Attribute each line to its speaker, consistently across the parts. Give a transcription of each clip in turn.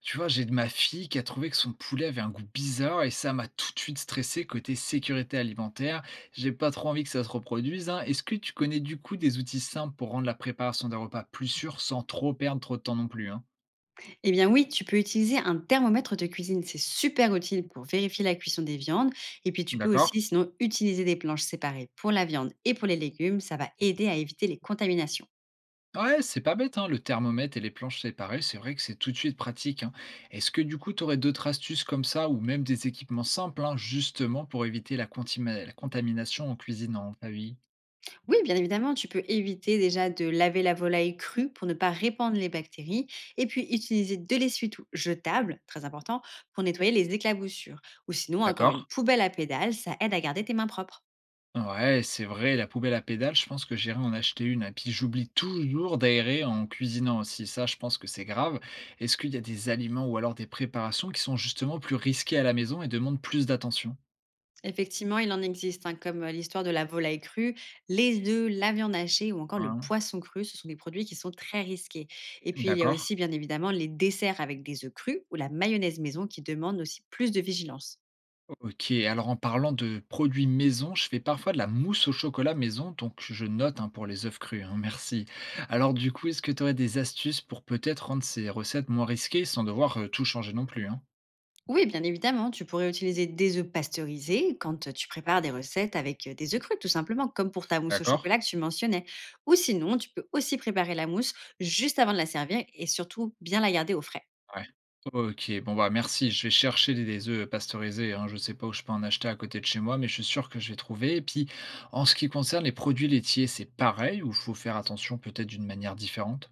Speaker 1: Tu vois, j'ai de ma fille qui a trouvé que son poulet avait un goût bizarre et ça m'a tout de suite stressé côté sécurité alimentaire. J'ai pas trop envie que ça se reproduise, hein. Est-ce que tu connais du coup des outils simples pour rendre la préparation des repas plus sûre sans trop perdre trop de temps non plus, hein?
Speaker 2: Eh bien oui, tu peux utiliser un thermomètre de cuisine, c'est super utile pour vérifier la cuisson des viandes. Et puis tu peux
Speaker 1: D'accord.
Speaker 2: aussi sinon utiliser des planches séparées pour la viande et pour les légumes, ça va aider à éviter les contaminations.
Speaker 1: Ouais, c'est pas bête, hein, le thermomètre et les planches séparées, c'est vrai que c'est tout de suite pratique, hein. Est-ce que du coup, tu aurais d'autres astuces comme ça ou même des équipements simples, hein, justement pour éviter la, la contamination en cuisine en famille?
Speaker 2: Oui, bien évidemment, tu peux éviter déjà de laver la volaille crue pour ne pas répandre les bactéries. Et puis utiliser de l'essuie-tout jetable, très important, pour nettoyer les éclaboussures. Ou sinon encore une
Speaker 1: D'accord.
Speaker 2: poubelle à pédales, ça aide à garder tes mains propres.
Speaker 1: Ouais, c'est vrai, la poubelle à pédales, je pense que j'irai en acheter une. Et puis j'oublie toujours d'aérer en cuisinant aussi. Ça, je pense que c'est grave. Est-ce qu'il y a des aliments ou alors des préparations qui sont justement plus risqués à la maison et demandent plus d'attention?
Speaker 2: Effectivement, il en existe, hein, comme l'histoire de la volaille crue, les œufs, la viande hachée ou encore le
Speaker 1: Hein?
Speaker 2: poisson cru. Ce sont des produits qui sont très risqués. Et puis, il y a
Speaker 1: D'accord.
Speaker 2: aussi, bien évidemment, les desserts avec des œufs crus ou la mayonnaise maison qui demandent aussi plus de vigilance.
Speaker 1: Ok. Alors en parlant de produits maison, je fais parfois de la mousse au chocolat maison, donc je note, hein, pour les œufs crus, hein, merci. Alors du coup, est-ce que tu aurais des astuces pour peut-être rendre ces recettes moins risquées sans devoir tout changer non plus, hein?
Speaker 2: Oui, bien évidemment, tu pourrais utiliser des œufs pasteurisés quand tu prépares des recettes avec des œufs crus, tout simplement, comme pour ta mousse au
Speaker 1: D'accord?
Speaker 2: chocolat que tu mentionnais. Ou sinon, tu peux aussi préparer la mousse juste avant de la servir et surtout bien la garder au frais.
Speaker 1: Ouais. OK, bon, bah, merci. Je vais chercher des œufs pasteurisés, hein. Je sais pas où je peux en acheter à côté de chez moi, mais je suis sûr que je vais trouver et puis, en ce qui concerne les produits laitiers, c'est pareil ou faut faire attention peut-être d'une manière différente?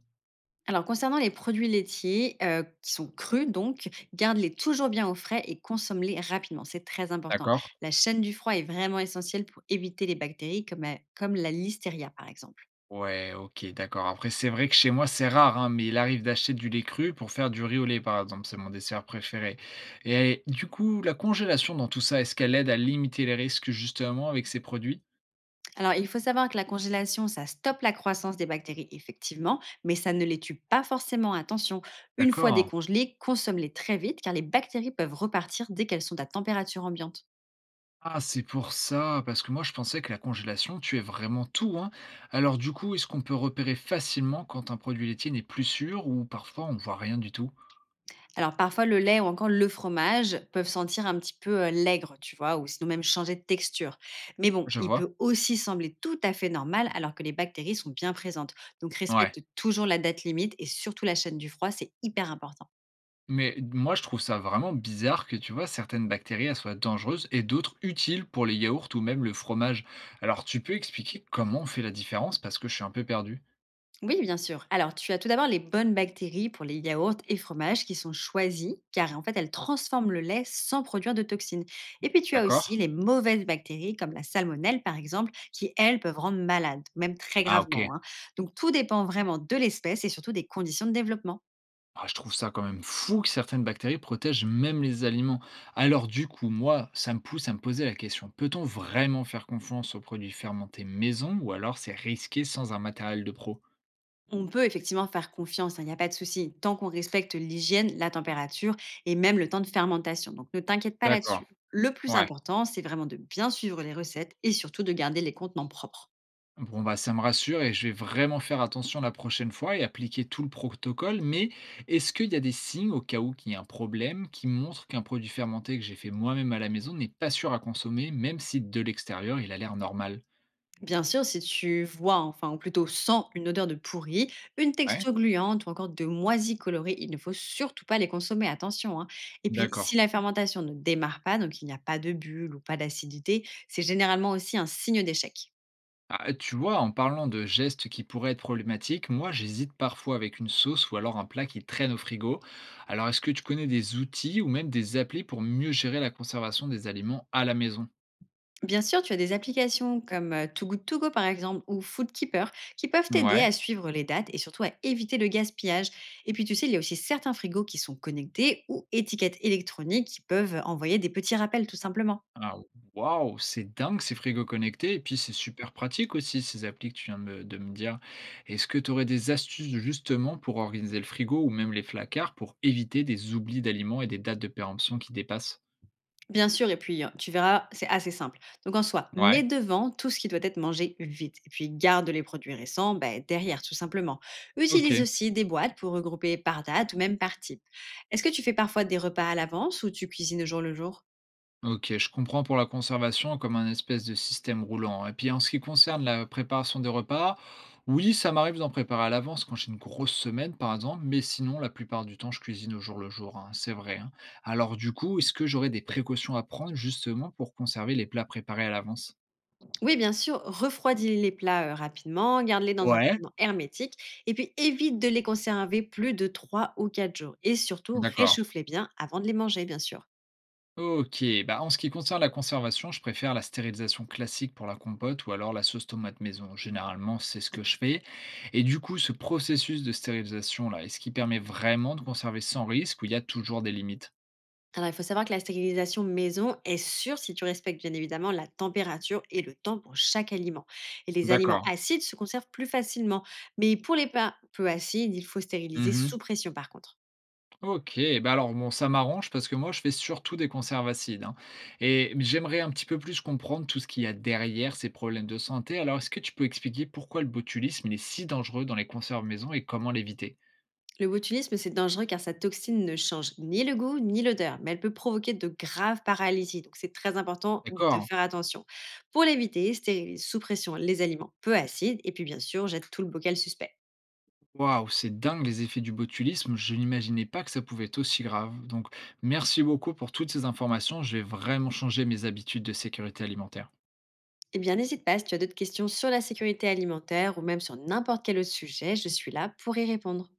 Speaker 2: Alors concernant les produits laitiers, qui sont crus donc, garde-les toujours bien au frais et consomme-les rapidement, c'est très important.
Speaker 1: D'accord.
Speaker 2: La chaîne du froid est vraiment essentielle pour éviter les bactéries comme, comme la listeria par exemple.
Speaker 1: Ouais, OK, d'accord. Après, c'est vrai que chez moi, c'est rare, hein, mais il arrive d'acheter du lait cru pour faire du riz au lait, par exemple. C'est mon dessert préféré et du coup, la congélation dans tout ça, est-ce qu'elle aide à limiter les risques justement avec ces produits?
Speaker 2: Alors il faut savoir que la congélation, ça stoppe la croissance des bactéries effectivement, mais ça ne les tue pas forcément, attention. Une fois
Speaker 1: D'accord.
Speaker 2: décongelées, consomme-les très vite car les bactéries peuvent repartir dès qu'elles sont à température ambiante.
Speaker 1: Ah, c'est pour ça, parce que moi je pensais que la congélation tuait vraiment tout, hein. Alors du coup, est-ce qu'on peut repérer facilement quand un produit laitier n'est plus sûr ou parfois on voit rien du tout?
Speaker 2: Alors parfois, le lait ou encore le fromage peuvent sentir un petit peu l'aigre, tu vois, ou sinon même changer de texture. Mais bon,
Speaker 1: Je
Speaker 2: il
Speaker 1: vois.
Speaker 2: peut aussi sembler tout à fait normal alors que les bactéries sont bien présentes. Donc
Speaker 1: Ouais.
Speaker 2: respecte toujours la date limite et surtout la chaîne du froid, c'est hyper important.
Speaker 1: Mais moi je trouve ça vraiment bizarre que tu vois certaines bactéries elles soient dangereuses et d'autres utiles pour les yaourts ou même le fromage. Alors tu peux expliquer comment on fait la différence parce que je suis un peu perdu.
Speaker 2: Oui, bien sûr. Alors, tu as tout d'abord les bonnes bactéries pour les yaourts et fromages qui sont choisies, car en fait, elles transforment le lait sans produire de toxines. Et puis, tu as aussi
Speaker 1: D'accord?
Speaker 2: les mauvaises bactéries, comme la salmonelle, par exemple, qui, elles, peuvent rendre malades, même très
Speaker 1: Ah, ok.
Speaker 2: gravement, hein. Donc, tout dépend vraiment de l'espèce et surtout des conditions de développement.
Speaker 1: Ah, je trouve ça quand même fou que certaines bactéries protègent même les aliments. Alors du coup, moi, ça me pousse à me poser la question, peut-on vraiment faire confiance aux produits fermentés maison ou alors c'est risqué sans un matériel de pro?
Speaker 2: On peut effectivement faire confiance, hein, il n'y a pas de souci, tant qu'on respecte l'hygiène, la température et même le temps de fermentation. Donc, ne t'inquiète pas là-dessus.
Speaker 1: D'accord,
Speaker 2: Le plus
Speaker 1: ouais.
Speaker 2: important, c'est vraiment de bien suivre les recettes et surtout de garder les contenants propres.
Speaker 1: Bon bah ça me rassure et je vais vraiment faire attention la prochaine fois et appliquer tout le protocole, mais est-ce qu'il y a des signes au cas où qu'il y a un problème qui montrent qu'un produit fermenté que j'ai fait moi-même à la maison n'est pas sûr à consommer, même si de l'extérieur il a l'air normal?
Speaker 2: Bien sûr, si tu vois, enfin, ou plutôt sens une odeur de pourri, une
Speaker 1: Ouais,
Speaker 2: texture gluante ou encore de moisi colorée, il ne faut surtout pas les consommer, attention, hein. Et puis,
Speaker 1: d'accord.
Speaker 2: si la fermentation ne démarre pas, donc il n'y a pas de bulles ou pas d'acidité, c'est généralement aussi un signe d'échec.
Speaker 1: Ah, tu vois, en parlant de gestes qui pourraient être problématiques, moi j'hésite parfois avec une sauce ou alors un plat qui traîne au frigo. Alors est-ce que tu connais des outils ou même des applis pour mieux gérer la conservation des aliments à la maison?
Speaker 2: Bien sûr, tu as des applications comme Too Good To Go par exemple ou Foodkeeper qui peuvent t'aider
Speaker 1: Ouais.
Speaker 2: à suivre les dates et surtout à éviter le gaspillage. Et puis tu sais, il y a aussi certains frigos qui sont connectés ou étiquettes électroniques qui peuvent envoyer des petits rappels tout simplement.
Speaker 1: Ah, waouh, c'est dingue ces frigos connectés et puis c'est super pratique aussi ces applis que tu viens de me dire. Est-ce que tu aurais des astuces justement pour organiser le frigo ou même les placards pour éviter des oublis d'aliments et des dates de péremption qui dépassent?
Speaker 2: Bien sûr, et puis tu verras, c'est assez simple. Donc en soi, mets
Speaker 1: Ouais.
Speaker 2: devant tout ce qui doit être mangé vite et puis garde les produits récents, ben derrière tout simplement. Utilise
Speaker 1: Ok.
Speaker 2: aussi des boîtes pour regrouper par date ou même par type. Est-ce que tu fais parfois des repas à l'avance ou tu cuisines au jour le jour?
Speaker 1: Ok, je comprends pour la conservation comme un espèce de système roulant, hein. Et puis en ce qui concerne la préparation des repas, oui, ça m'arrive d'en préparer à l'avance quand j'ai une grosse semaine, par exemple, mais sinon, la plupart du temps, je cuisine au jour le jour, hein, c'est vrai, hein. Alors du coup, est-ce que j'aurais des précautions à prendre justement pour conserver les plats préparés à l'avance?
Speaker 2: Oui, bien sûr, refroidis les plats, rapidement, garde-les dans un
Speaker 1: Ouais.
Speaker 2: contenant hermétique et puis évite de les conserver plus de 3 ou 4 jours et surtout
Speaker 1: D'accord.
Speaker 2: réchauffe-les bien avant de les manger, bien sûr.
Speaker 1: Ok, bah en ce qui concerne la conservation, je préfère la stérilisation classique pour la compote ou alors la sauce tomate maison. Généralement, c'est ce que je fais. Et du coup, ce processus de stérilisation là, est-ce qu'il permet vraiment de conserver sans risque ou il y a toujours des limites?
Speaker 2: Alors, il faut savoir que la stérilisation maison est sûre si tu respectes bien évidemment la température et le temps pour chaque aliment. Et les aliments
Speaker 1: D'accord.
Speaker 2: acides se conservent plus facilement. Mais pour les pains peu acides, il faut stériliser
Speaker 1: Mhm.
Speaker 2: sous pression par contre.
Speaker 1: Ok, bah alors bon, ça m'arrange parce que moi je fais surtout des conserves acides, hein. Et j'aimerais un petit peu plus comprendre tout ce qu'il y a derrière ces problèmes de santé. Alors est-ce que tu peux expliquer pourquoi le botulisme il est si dangereux dans les conserves maison et comment l'éviter?
Speaker 2: Le botulisme, c'est dangereux car sa toxine ne change ni le goût ni l'odeur, mais elle peut provoquer de graves paralysies. Donc, c'est très important de
Speaker 1: D'accord.
Speaker 2: faire attention. Pour l'éviter, stérilise sous pression les aliments peu acides et puis bien sûr, jette tout le bocal suspect.
Speaker 1: Waouh, c'est dingue les effets du botulisme. Je n'imaginais pas que ça pouvait être aussi grave. Donc, merci beaucoup pour toutes ces informations. Je vais vraiment changer mes habitudes de sécurité alimentaire.
Speaker 2: Eh bien, n'hésite pas, si tu as d'autres questions sur la sécurité alimentaire ou même sur n'importe quel autre sujet, je suis là pour y répondre.